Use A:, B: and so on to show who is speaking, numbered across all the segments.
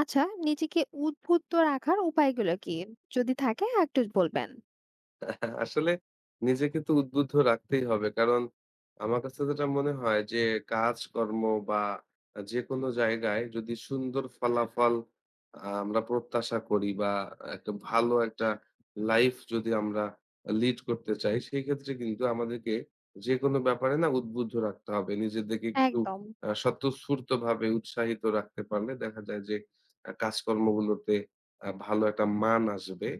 A: আচ্ছা, নিজেকে উদ্বুদ্ধ রাখার উপায়গুলো কি? যদি থাকে একটু বলবেন।
B: আসলে নিজেকে তো উদ্বুদ্ধ রাখতেই হবে। কারণ আমার কাছে যেটা মনে হয় যে কাজকর্ম বা যেকোনো জায়গায় যদি সুন্দর ফলাফল আমরা প্রত্যাশা করি বা একটা ভালো একটা লাইফ যদি আমরা লিড করতে চাই, সেই ক্ষেত্রে কিন্তু আমাদেরকে যেকোনো ব্যাপারে না উদ্বুদ্ধ রাখতে হবে। নিজেদেরকে একটু
A: একদম।
B: স্বতঃস্ফূর্তভাবে উৎসাহিত রাখতে পারলে দেখা যায় যে কাজকর্মগুলোতে ভালো একটা মান আসবে।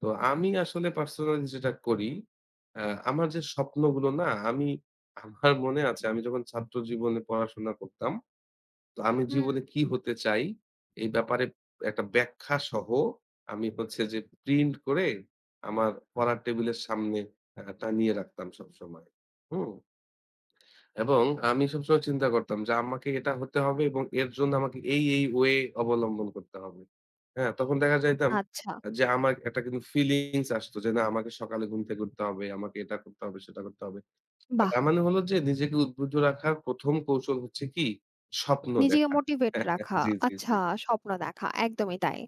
B: তো আমি আসলে পার্সোনালি যেটা করি, আ আমার যে স্বপ্নগুলো না আমি আমার মনে আছে আমি যখন ছাত্র জীবনে পড়াশোনা করতাম, তো আমি
A: হুম।
B: জীবনে কি হতে চাই এই ব্যাপারে একটা ব্যাখ্যা সহ আমি হচ্ছে যে প্রিন্ট করে আমার পড়ার টেবিলের সামনে টানিয়ে রাখতাম সবসময়। হুম? এবং আমি সবসময় চিন্তা করতাম যে আমাকে এটা হতে হবে এবং এর জন্য আমাকে এই ওয়ে অবলম্বন করতে হবে। হ্যাঁ? তখন দেখা যাইতাম
A: আচ্ছা,
B: যে আমার একটা কিন্তু ফিলিংস আসতো যে না আমাকে সকালে ঘুম থেকে উঠতে হবে, আমাকে এটা করতে হবে, সেটা করতে হবে। আর
A: বাহ!
B: তার মানে হলো যে নিজেকে উদ্বুদ্ধ রাখার ১ম কৌশল হচ্ছে কি? স্বপ্ন
A: নিজেকে
B: দেখা।
A: মোটিভেট রাখা।
B: জি, জি,
A: আচ্ছা,
B: জি।
A: স্বপ্ন দেখা। একদমই তাই।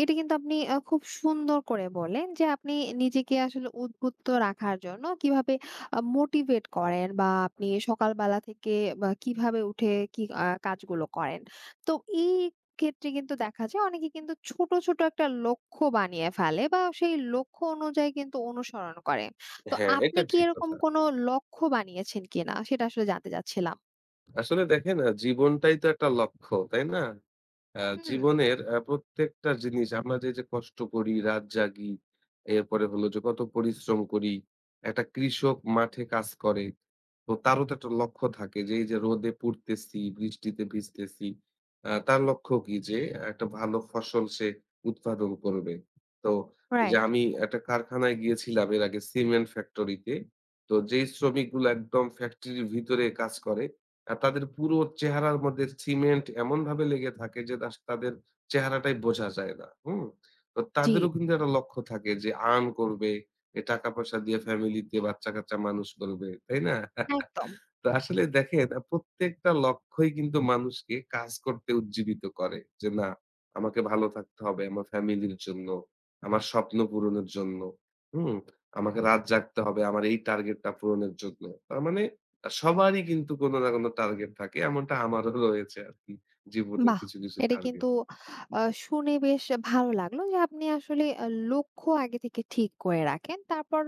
A: এটা কিন্তু আপনি খুব সুন্দর করে বললেন যে, আপনি নিজেকে আসলে উদ্বুদ্ধ রাখার জন্য কিভাবে মোটিভেট করেন বা আপনি সকালবেলা থেকে বা কিভাবে উঠে কি কাজগুলো করেন। তো এই ক্ষেত্রে কিন্তু দেখা যায় অনেকে কিন্তু ছোট, ছোট একটা লক্ষ্য বানিয়ে ফেলে বা সেই লক্ষ্য অনুযায়ী কিন্তু অনুসরণ করে। তো
B: হ্যাঁ, এটা
A: আপনি কি
B: ঠিক
A: এরকম
B: কথা।
A: কোনো লক্ষ্য বানিয়েছেন কিনা? সেটা আসলে জানতে চাচ্ছিলাম।
B: আসলে দেখেন জীবনটাই তো একটা লক্ষ্য, তাই না?
A: হুম,
B: জীবনের প্রত্যেকটা জিনিস আমরা যে যে কষ্ট করি, রাত জাগি, এরপরে হলো যে কত পরিশ্রম করি। একটা কৃষক মাঠে কাজ করে। তো তারও তো একটা লক্ষ্য থাকে যে এই যে রোদে পুড়তেছি, বৃষ্টিতে ভিজতেছি। তার লক্ষ্য কি? যে একটা ভালো ফসল সে উৎপাদন করবে। তো এই যে
A: রাইট।
B: আমি একটা কারখানায় গিয়েছিলাম এর আগে সিমেন্ট ফ্যাক্টরিতে। তো যেই শ্রমিকগুলো একদম ফ্যাক্টরির ভিতরে কাজ করে তাদের পুরো চেহারার মধ্যে সিমেন্ট এমনভাবে লেগে থাকে যে দাস তাদের চেহারাটাই বোঝা যায় না। হুম? তো
A: জি।
B: তাদেরও কিন্তু একটা লক্ষ্য থাকে যে আর্ন করবে, এ টাকা-পয়সা দিয়ে ফ্যামিলিতে বাচ্চা-কাচ্চা মানুষ করবে। তাই না?
A: একদম।
B: তো আসলে দেখেন প্রত্যেকটা লক্ষ্যই কিন্তু মানুষকে কাজ করতে উজ্জীবিত করে। যে না আমাকে ভালো থাকতে হবে আমার ফ্যামিলির জন্য, আমার স্বপ্ন পূরণের জন্য। হুম? আমাকে রাত জাগতে হবে আমার এই টার্গেটটা পূরণের জন্য। তার মানে সবারই কিন্তু কোনো না কোনো টার্গেট থাকে। এমনটা আমারও রয়েছে আরকি। জীবনের
A: বাহ!
B: কিছু, কিছু
A: এটা
B: টার্গেট।
A: কিন্তু শুনে বেশ ভালো লাগলো যে আপনি আসলে লক্ষ্য আগে থেকে ঠিক করে রাখেন। তারপর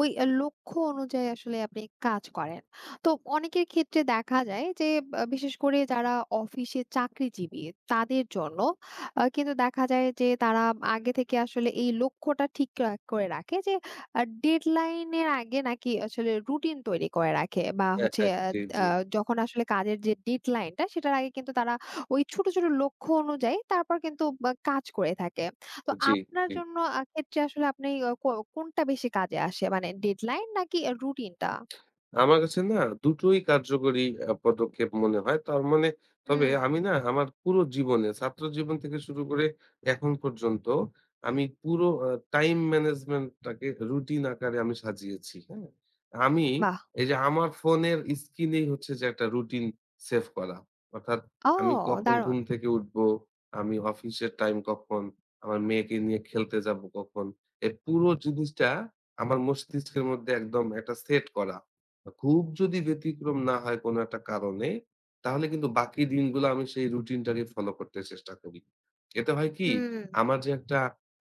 A: ওই লক্ষ্য অনুযায়ী আসলে আপনি কাজ করেন। তো অনেকের ক্ষেত্রে দেখা যায় যে বিশেষ করে যারা অফিসে চাকরিজীবী তাদের জন্য কিন্তু দেখা যায় যে তারা আগে থেকে আসলে এই লক্ষ্যটা ঠিক করে রাখে যে ডেডলাইন এর আগে নাকি আসলে রুটিন তৈরি করে রাখে বা
B: হ্যাঁ
A: হচ্ছে
B: হ্যাঁ
A: আ
B: জি,
A: আ
B: জি,
A: যখন আসলে কাজের যে ডেডলাইনটা সেটার আগে কিন্তু তারা ওই ছোট, ছোট লক্ষ্য অনুযায়ী তারপর কিন্তু বা কাজ করে থাকে। তো
B: জি,
A: আপনার
B: জি।
A: জন্য ক্ষেত্রে আসলে আপনি আ কো কোনটা বেশি কাজে আসে? মানে ডেডলাইন নাকি রুটিনটা?
B: আমার কাছে না দুটোই কার্যকরী পদক্ষেপ মনে হয়। তার মানে তবে
A: হুম।
B: আমি না আমার পুরো জীবনে ছাত্র জীবন থেকে শুরু করে এখন পর্যন্ত আমি পুরো টাইম ম্যানেজমেন্টটাকে রুটিন আকারে আমি সাজিয়েছি, হ্যাঁ? আমি
A: বাহ!
B: এই যে আমার ফোনের স্ক্রিনেই হচ্ছে যে একটা রুটিন সেভ করা। অর্থাৎ
A: ও
B: আমি কখন ঘুম
A: দারুণ!
B: থেকে উঠবো, আমি অফিসের টাইম কখন, আমার মেয়েকে নিয়ে খেলতে যাবো কখন। এই পুরো জিনিসটা আমার মস্তিষ্কের মধ্যে একদম একটা সেট করা। খুব যদি ব্যতিক্রম না হয় কোনো একটা কারণে, তাহলে কিন্তু বাকি দিনগুলো আমি সেই রুটিনটাকে ফলো করতে চেষ্টা করি। এতে হয় কি?
A: হুম।
B: আমার যে একটা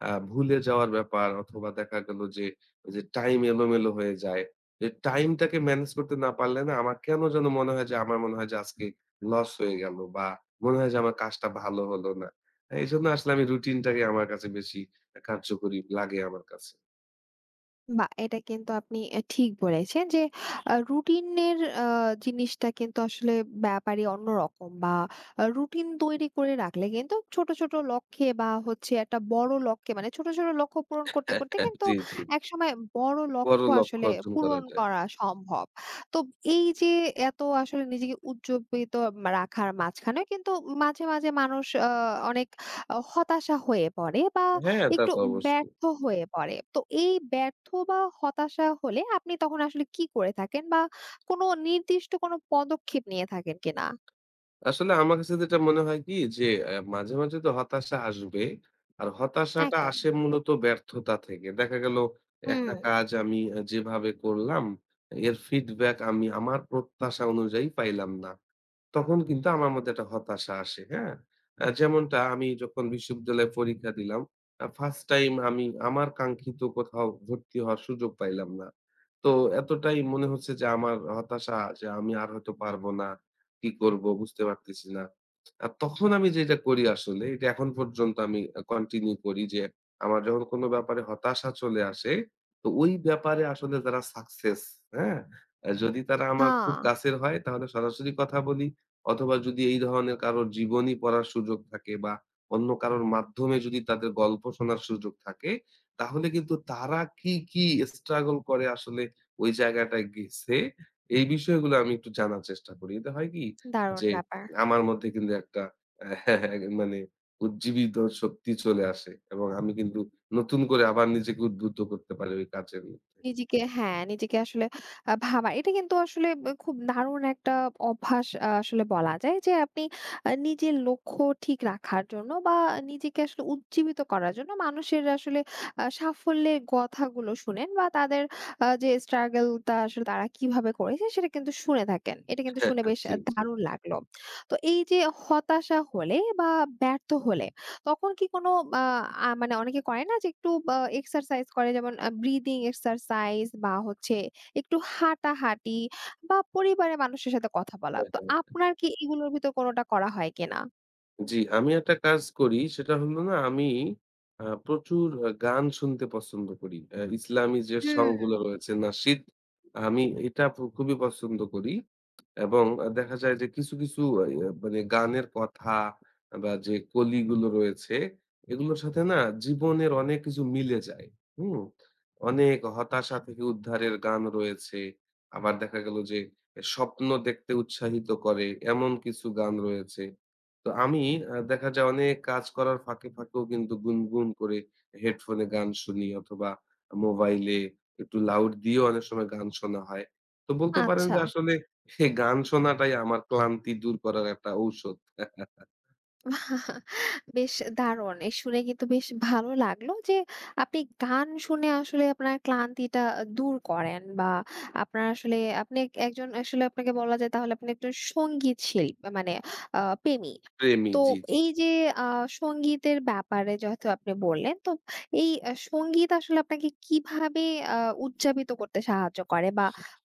B: ভুলে যাওয়ার ব্যাপার অথবা দেখা গেল যে, ওই যে টাইম এলোমেলো হয়ে যায়। যে টাইমটাকে ম্যানেজ করতে না পারলে না আমার কেন যেন মনে হয় যে, আমার মনে হয় যে আজকে লস হয়ে গেল বা মনে হয় যে আমার কাজটা ভালো হলো না। এইজন্য আসলে আমি রুটিনটাকে আমার কাছে বেশি কার্যকরী লাগে আমার কাছে।
A: বাহ! এটা কিন্তু আপনি ঠিক বলেছেন যে রুটিনের আ জিনিসটা কিন্তু আসলে ব্যাপারই অন্যরকম বা রুটিন তৈরি করে রাখলে কিন্তু ছোট, ছোট লক্ষ্যে বা হচ্ছে একটা বড় লক্ষ্যে মানে ছোট, ছোট লক্ষ্য পূরণ করতে, করতে কিন্তু
B: জি, জি।
A: একসময় বড়
B: বড়
A: লক্ষ্য
B: লক্ষ্য
A: আসলে
B: অর্জন করা
A: পূরণ
B: যায়।
A: করা সম্ভব। তো এই যে এত আসলে নিজেকে উজ্জীবিত রাখার মাঝখানেও কিন্তু মাঝে, মাঝে মানুষ অনেক হতাশা হয়ে পড়ে বা
B: হ্যাঁ, তা
A: একটু
B: তো অবশ্যই।
A: ব্যর্থ হয়ে পড়ে। তো এই ব্যর্থ বা হতাশা হলে আপনি তখন আসলে কি করে থাকেন বা কোনো নির্দিষ্ট কোনো পদক্ষেপ নিয়ে থাকেন কিনা?
B: আসলে আমার কাছে যেটা মনে হয় কি যে মাঝে, মাঝে তো হতাশা আসবে। আর হতাশাটা
A: একদম।
B: আসে মূলত ব্যর্থতা থেকে। দেখা গেল
A: হুম।
B: একটা কাজ আমি যেভাবে করলাম, এর ফিডব্যাক আমি আমার প্রত্যাশা অনুযায়ী পাইলাম না। তখন কিন্তু আমার মধ্যে একটা হতাশা আসে, হ্যাঁ? যেমনটা আমি যখন বিশ্ববিদ্যালয়ে পরীক্ষা দিলাম, ফার্স্ট টাইম আমি আমার কাঙ্ক্ষিত কোথাও ভর্তি হওয়ার সুযোগ পাইলাম না। তো এতটাই মনে হচ্ছে যে আমার হতাশা যে আমি আর হয়তো পারবো না। কি করব বুঝতে পারতেছি না। আর তখন আমি যেটা করি আসলে এটা এখন পর্যন্ত আমি কন্টিনিউ করি যে আমার যখন কোনো ব্যাপারে হতাশা চলে আসে, তো ওই ব্যাপারে আসলে যারা সাকসেস, হ্যাঁ? যদি তারা আমার
A: হা,
B: খুব কাছের হয় তাহলে সরাসরি কথা বলি। অথবা যদি এই ধরনের কারো জীবনী পড়ার সুযোগ থাকে বা অন্য কারোর মাধ্যমে যদি তাদের গল্প শোনার সুযোগ থাকে, তাহলে কিন্তু তারা কি, কি struggle করে আসলে ওই জায়গাটায় গেছে, এই বিষয়গুলো আমি একটু জানার চেষ্টা করি। এতে হয় কি
A: দারুণ
B: যে
A: ব্যাপার।
B: আমার মধ্যে কিন্তু একটা মানে উজ্জীবিত শক্তি চলে আসে এবং আমি কিন্তু নতুন করে আবার নিজেকে উদ্বুদ্ধ করতে পারি ওই কাজের মধ্যে।
A: নিজেকে হ্যাঁ, নিজেকে আসলে ভাবা। এটা কিন্তু আসলে খুব দারুণ একটা অভ্যাস আসলে বলা যায় যে, আপনি নিজের লক্ষ্য ঠিক রাখার জন্য বা নিজেকে আসলে উজ্জীবিত করার জন্য মানুষের আসলে সাফল্যের কথাগুলো শুনেন বা তাদের যে struggle টা আসলে তারা কিভাবে করেছে সেটা কিন্তু শুনে থাকেন। এটা কিন্তু শুনে বেশ
B: জি, জি।
A: দারুণ লাগলো। তো এই যে হতাশা হলে বা ব্যর্থ হলে তখন কি কোনো আ আ মানে অনেকে করে না যে একটু বা এক্সারসাইজ করে যেমন ব্রিদিং এক্সারসাইজ বা হচ্ছে একটু হাঁটাহাঁটি বা পরিবারের মানুষের সাথে কথা বলা।
B: হ্যাঁ,
A: তো
B: হ্যাঁ।
A: আপনার কি এগুলোর ভিতর কোনটা করা হয় কিনা?
B: জি, আমি একটা কাজ করি সেটা হলো না আমি প্রচুর গান শুনতে পছন্দ করি। ইসলামী যে
A: হুম।
B: সং গুলো হুম। রয়েছে নাশিদ আমি এটা ফু খুবই পছন্দ করি এবং দেখা যায় যে কিছু, কিছু আ ইয়া মানে গানের কথা বা যে কলিগুলো রয়েছে এগুলোর সাথে না জীবনের অনেক কিছু মিলে যায়। হুম? অনেক হতাশা থেকে উদ্ধারের গান রয়েছে। আবার দেখা গেল যে এ স্বপ্ন দেখতে উৎসাহিত করে এমন কিছু গান রয়েছে। তো আমি দেখা যায় অনেক কাজ করার ফাঁকে, ফাঁকেও কিন্তু গুনগুন করে হেডফোনে গান শুনি অথবা মোবাইলে একটু লাউড দিয়েও অনেক সময় গান শোনা হয়। তো বলতে পারেন
A: আচ্ছা।
B: যে আসলে এই গান শোনাটাই আমার ক্লান্তি দূর করার একটা ঔষধ।
A: বেশ দারুণ! এ শুনে কিন্তু বেশ ভালো লাগলো যে আপনি গান শুনে আসলে আপনার ক্লান্তিটা দূর করেন বা আপনার আসলে আপনি একজন আসলে আপনাকে বলা যায় তাহলে আপনি একজন সঙ্গীত শিল্পী মানে প্রেমী।
B: প্রেমী
A: তো
B: জি, জি।
A: এই যে আ সঙ্গীতের ব্যাপারে যেহেতু আপনি বললেন, তো এই সঙ্গীত আসলে আপনাকে কিভাবে আ উদযাপিত করতে সাহায্য করে বা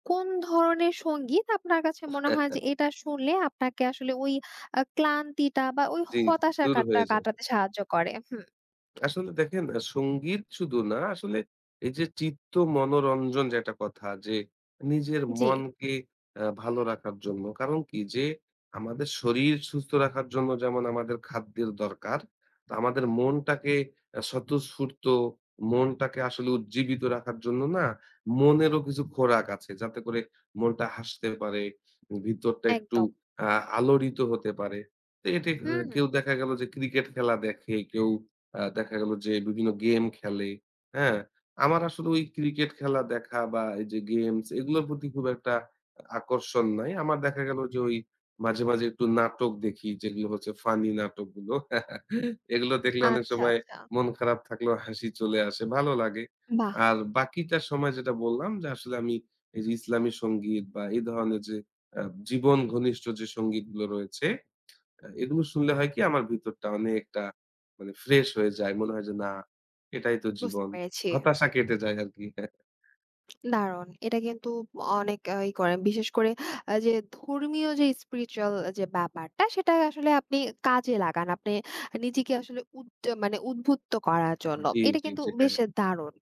A: কোন ধরনের সঙ্গীত আপনার কাছে মনে হয় যে এটা শুনলে আপনাকে আসলে ওই ক্লান্তিটা বা ওই
B: জি, জি।
A: হতাশা
B: দূর হয়ে যায়।
A: কাটাতে সাহায্য করে। হুম,
B: আসলে দেখেন সংগীত শুধু না আসলে এই যে চিত্ত মনোরঞ্জন যেটা কথা যে নিজের
A: জি,
B: মনকে ভালো রাখার জন্য। কারণ কি যে আমাদের শরীর সুস্থ রাখার জন্য যেমন আমাদের খাদ্যের দরকার। তো আমাদের মনটাকে আ স্বতঃস্ফূর্ত মনটাকে আসলে উজ্জীবিত রাখার জন্য না মনেরও কিছু খোরাক আছে। যাতে করে মনটা হাসতে পারে, ভিতরটা একটু
A: একদম।
B: আ আলোড়িত হতে পারে। তো এটি
A: হুম,
B: কেউ দেখা গেল যে ক্রিকেট খেলা দেখে, কেউ দেখা গেল যে বিভিন্ন গেম খেলে, হ্যাঁ? আমার আসলে ওই ক্রিকেট খেলা দেখা বা এই যে গেমস এগুলোর প্রতি খুব একটা আকর্ষণ নাই। আমার দেখা গেল যে ওই মাঝে, মাঝে একটু নাটক দেখি যেগুলো হচ্ছে ফানি নাটকগুলো। এগুলো দেখলে অনেক
A: আচ্ছা,
B: সময়
A: আচ্ছা।
B: মন খারাপ থাকলেও হাসি চলে আসে, ভালো লাগে।
A: বাহ!
B: আর বাকিটা সময় যেটা বললাম যে আসলে আমি এই যে ইসলামী সংগীত বা এই ধরনের যে আ জীবন ঘনিষ্ঠ যে সংগীতগুলো রয়েছে এগুলো শুনলে হয় কি আমার ভিতরটা অনেকটা মানে ফ্রেশ হয়ে যায়। মনে হয় যে না, এটাই তো
A: বুঝতে
B: জীবন।
A: পেরেছি।
B: হতাশা কেটে যায় আরকি। হ্যাঁ।
A: দারুণ। এটা কিন্তু অনেক ই করেন। বিশেষ করে যে ধর্মীয় যে স্পিরিচুয়াল যে ব্যাপারটা সেটা আসলে আপনি কাজে লাগান। আপনি নিজেকে আসলে মানে উদ্বুদ্ধ করার জন্য।
B: জি,
A: এটা
B: জি,
A: কিন্তু
B: জি। হ্যাঁ।
A: বেশ দারুণ।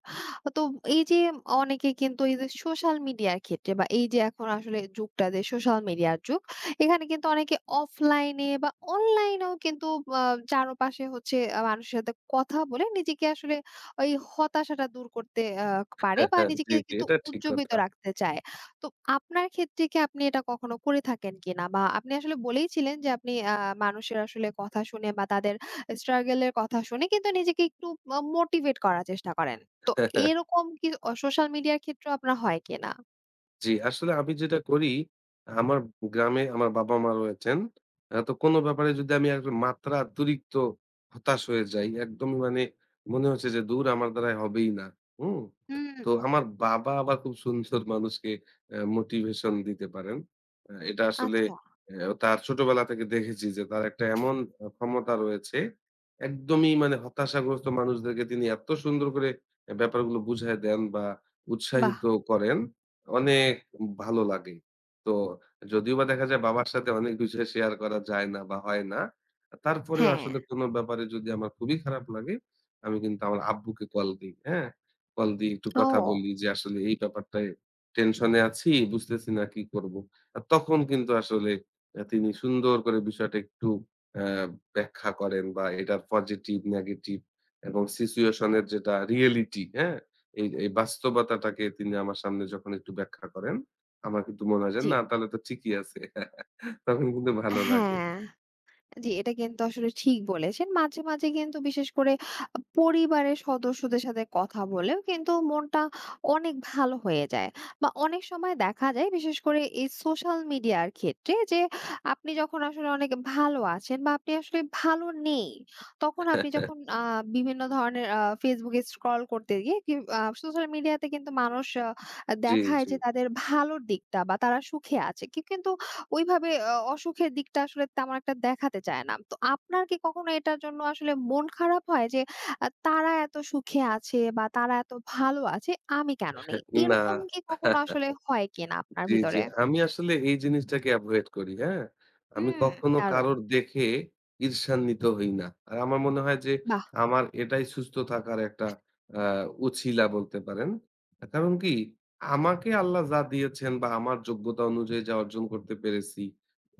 A: তো এই যে অনেকে কিন্তু এই যে সোশ্যাল মিডিয়ার ক্ষেত্রে বা এই যে এখন আসলে যুগটা যে সোশ্যাল মিডিয়ার যুগ, এখানে কিন্তু অনেকে অফলাইনে বা অনলাইনেও কিন্তু আ চারপাশে হচ্ছে মানুষের সাথে কথা বলে নিজেকে আসলে ওই হতাশাটা দূর করতে পারে
B: হ্যাঁ,
A: বা
B: হ্যাঁ, জি,
A: নিজেকে
B: জি।
A: কিন্তু
B: এটা ঠিক
A: উজ্জীবিত
B: কথা।
A: রাখতে চায়। তো আপনার ক্ষেত্রে কি আপনি এটা কখনো করে থাকেন কিনা? বা আপনি আসলে বলেইছিলেন যে আপনি মানুষের আসলে কথা শুনে বা তাদের struggle এর কথা শুনে কিন্তু নিজেকে একটু মোটিভেট করার চেষ্টা করেন। তো এরকম কি সোশ্যাল মিডিয়ার ক্ষেত্রেও আপনার হয় কিনা?
B: জি, আসলে আমি যেটা করি, আমার গ্রামে আমার বাবা-মা রয়েছেন। তো কোনো ব্যাপারে যদি আমি এক মাত্রা অতিরিক্ত হতাশ হয়ে যাই, একদমই মানে মনে হচ্ছে যে দূর আমার দ্বারায় হবেই না। হুম?
A: হুম।
B: তো আমার বাবা আবার খুব সুন্দর মানুষকে মোটিভেশন দিতে পারেন। এটা আসলে
A: আচ্ছা,
B: তার ছোটবেলা থেকে দেখেছি যে তার একটা এমন ক্ষমতা রয়েছে, একদমই মানে হতাশাগ্রস্ত মানুষদেরকে তিনি এত সুন্দর করে ব্যাপারগুলো বুঝায় দেন বা
A: বাহ!
B: উৎসাহিত করেন অনেক ভালো লাগে। তো যদিও বা দেখা যায় বাবার সাথে অনেক বিষয় শেয়ার করা যায় না বা হয় না। তারপরেও
A: হ্যাঁ।
B: আসলে কোনো ব্যাপারে যদি আমার খুবই খারাপ লাগে, আমি কিন্তু আমার আব্বুকে কল দেই, হ্যাঁ? কল দিয়ে একটু কথা
A: ও
B: বলি যে আসলে এই ব্যাপারটায় টেনশনে আছি, বুঝতেছি না কি করব। তখন কিন্তু আসলে তিনি সুন্দর করে বিষয়টা একটু আ ব্যাখ্যা করেন বা এটার পজিটিভ, নেগেটিভ এবং সিচুয়েশন এর যেটা রিয়েলিটি, হ্যাঁ? এই বাস্তবতাটাকে তিনি আমার সামনে যখন একটু ব্যাখ্যা করেন, আমার কিন্তু মনে হয় যে
A: জি,
B: না তাহলে তো ঠিকই আছে। তখন কিন্তু ভালো লাগে।
A: হ্যাঁ। জি, এটা কিন্তু আসলে ঠিক বলেছেন। মাঝে, মাঝে কিন্তু বিশেষ করে পরিবারের সদস্যদের সাথে কথা বলেও কিন্তু মনটা অনেক ভালো হয়ে যায়। বা অনেক সময় দেখা যায় বিশেষ করে এই সোশ্যাল মিডিয়ার ক্ষেত্রে যে আপনি যখন আসলে অনেক ভালো আছেন বা আপনি আসলে ভালো নেই, তখন আপনি যখন বিভিন্ন ধরনের Facebook এ স্ক্রল করতে গিয়ে কি সোশ্যাল মিডিয়াতে কিন্তু মানুষ
B: জি,
A: দেখায়
B: জি।
A: যে তাদের ভালোর দিকটা বা তারা সুখে আছে। কি কিন্তু ওইভাবে অসুখের দিকটা আসলে তেমন একটা দেখাতে চায় না। তো আপনার কি কখনো এটার জন্য আসলে মন খারাপ হয় যে তারা এত সুখে আছে বা তারা এত ভালো আছে, আমি কেন নেই?
B: না।
A: এরকম কি কখনো আসলে হয় কিনা আপনার
B: জি, জি।
A: ভিতরে?
B: আমি আসলে এই জিনিসটাকে এভয়েড করি, হ্যাঁ? আমি
A: হুম।
B: কখনো
A: দারুণ!
B: কারোর দেখে ঈর্ষান্বিত হই না। আর আমার মনে হয় যে
A: বাহ!
B: আমার এটাই সুস্থ থাকার একটা আ উছিলা বলতে পারেন। কারণ কি আমাকে আল্লাহ যা দিয়েছেন বা আমার যোগ্যতা অনুযায়ী যা অর্জন করতে পেরেছি,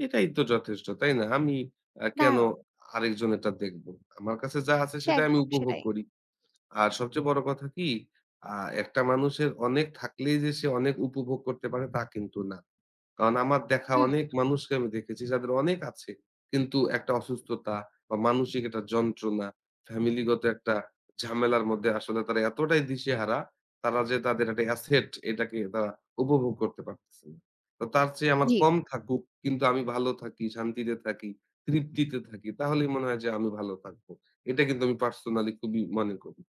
B: এটাই তো যথেষ্ট, তাই না? আমি কেন
A: দারুণ!
B: আরেকজনেরটা দেখব? আমার কাছে যা আছে
A: সে
B: সেটা আমি
A: একদম
B: উপভোগ
A: সেটাই।
B: করি। আর সবচেয়ে বড় কথা কি আ একটা মানুষের অনেক থাকলেই যে সে অনেক উপভোগ করতে পারে তা কিন্তু না। কারণ আমার দেখা
A: হুম।
B: অনেক মানুষকে আমি দেখেছি যাদের অনেক আছে। কিন্তু একটা অসুস্থতা বা মানসিক একটা যন্ত্রণা, ফ্যামিলিগত একটা ঝামেলার মধ্যে আসলে তারা এতটাই দিশেহারা, তারা যে তাদের একটা অ্যাসেট এটাকে তারা উপভোগ করতে পারতেছে না। তো তার চেয়ে আমার
A: জি।
B: কম থাকুক কিন্তু আমি ভালো থাকি, শান্তিতে থাকি, তৃপ্তিতে থাকি। তাহলেই মনে হয় যে আমি ভালো থাকবো। এটা কিন্তু আমি পার্সোনালি খুবই মনে করি।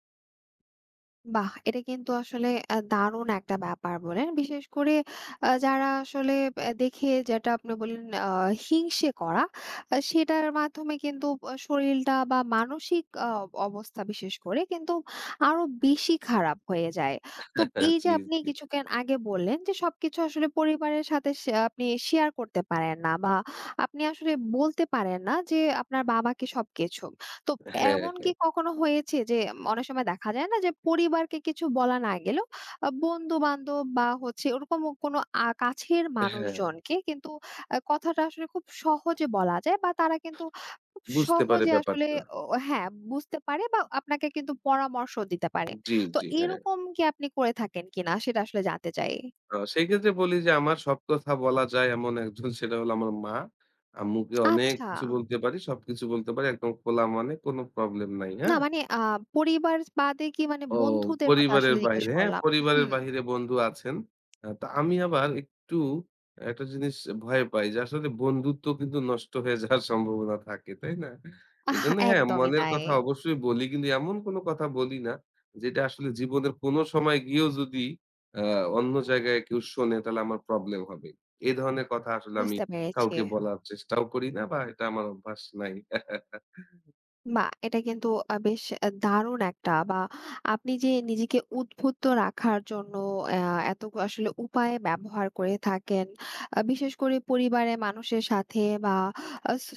A: বাহ! এটা কিন্তু আসলে দারুণ একটা ব্যাপার বললেন। বিশেষ করে যারা আসলে দেখে যেটা আপনি বললেন হিংসে করা, সেটার মাধ্যমে কিন্তু শরীরটা বা মানসিক অবস্থা বিশেষ করে কিন্তু আরো বেশি খারাপ হয়ে যায়। তো এই যে
B: জি,
A: আপনি
B: জি।
A: কিছুক্ষণ আগে বললেন যে সবকিছু আসলে পরিবারের সাথে আপনি শেয়ার করতে পারেন না বা আপনি আসলে বলতে পারেন না যে আপনার বাবাকে সবকিছু। তো
B: হ্যাঁ,
A: এমন কি
B: হ্যাঁ,
A: কখনো হয়েছে যে অনেক সময় দেখা যায় না যে পরিবারকে কিছু বলা না গেলেও বন্ধু-বান্ধব বা হচ্ছে ওরকম কোনো কাছের
B: হ্যাঁ।
A: মানুষজনকে কিন্তু কথাটা আসলে খুব সহজে বলা যায় বা তারা কিন্তু খুব
B: বুঝতে পারে
A: সহজে আসলে
B: ব্যাপারটা।
A: ও হ্যাঁ, বুঝতে পারে বা আপনাকে কিন্তু পরামর্শ দিতে পারে।
B: জি,
A: তো
B: জি, হ্যাঁ।
A: এরকম কি আপনি করে থাকেন কিনা সেটা আসলে জানতে চাই?
B: সেক্ষেত্রে বলি যে আমার সব কথা বলা যায় এমন একজন সেটা হলো আমার মা। আম্মুকে অনেক
A: আচ্ছা।
B: কিছু বলতে পারি, সবকিছু বলতে পারি। একদম খোলা মনে কোনো প্রবলেম নাই,
A: না
B: হ্যাঁ?
A: মানে পরিবার বাদে কি মানে
B: ও
A: বন্ধুদের কথা
B: পরিবারের
A: আসলে জিজ্ঞেস
B: বাইরে, হ্যাঁ,
A: করলাম।
B: পরিবারের
A: হুম,
B: বাহিরে বন্ধু আছেন। তো আমি আবার একটু একটা জিনিস ভয় পাই যে আসলে বন্ধুত্ব কিন্তু নষ্ট হয়ে যাওয়ার সম্ভাবনা থাকে, তাই না?
A: আহ
B: এজন্য হ্যাঁ,
A: একদমই
B: মনের
A: তাই।
B: কথা অবশ্যই বলি কিন্তু এমন কোনো কথা বলি না যেটা আসলে জীবনের কোনো সময় গিয়েও যদি আ অন্য জায়গায় কেউ শোনে তাহলে আমার প্রবলেম হবে। এই ধরনের কথা আসলে আমি
A: বুঝতে পেরেছি।
B: কাউকে বলার চেষ্টাও করি না বা এটা আমার অভ্যাস নাই।
A: বাহ! এটা কিন্তু বেশ দারুণ একটা বা আপনি যে নিজেকে উদ্বুদ্ধ রাখার জন্য অ্যা এত আসলে উপায় ব্যবহার করে থাকেন। বিশেষ করে পরিবারের মানুষের সাথে বা আ স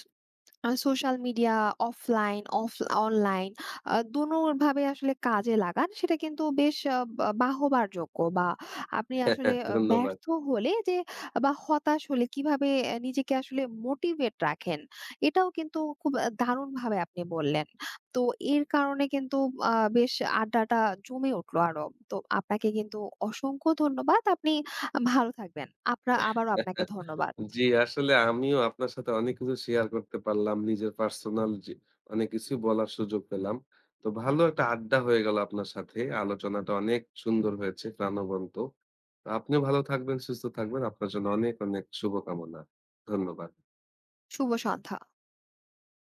A: আ সোশ্যাল মিডিয়া অফলাইন, অনলাইন দোনোভাবে আসলে কাজে লাগান, সেটা কিন্তু বেশ বা বাহবার যোগ্য বা আপনি আসলে
B: ধন্যবাদ।
A: ব্যর্থ হলে যে বা হতাশ হলে কিভাবে নিজেকে আসলে মোটিভেট রাখেন, এটাও কিন্তু খুব দারুণভাবে আপনি বললেন। তো এর কারণে কিন্তু বেশ আড্ডাটা জমে উঠল আরো। তো আপনাকে কিন্তু অসংখ্য ধন্যবাদ। আপনি ভালো থাকবেন। আবারও আপনাকে ধন্যবাদ।
B: জি, আসলে আমিও আপনার সাথে অনেক কিছু শেয়ার করতে পারলাম। নিজের পার্সোনাল যে অনেক কিছুই বলার সুযোগ পেলাম। তো ভালো একটা আড্ডা হয়ে গেল আপনার সাথে। আলোচনাটা অনেক সুন্দর হয়েছে, প্রাণবন্ত। তো আপনিও ভালো থাকবেন, সুস্থ থাকবেন। আপনার জন্য অনেক, অনেক শুভকামনা। ধন্যবাদ।
A: শুভ সন্ধ্যা।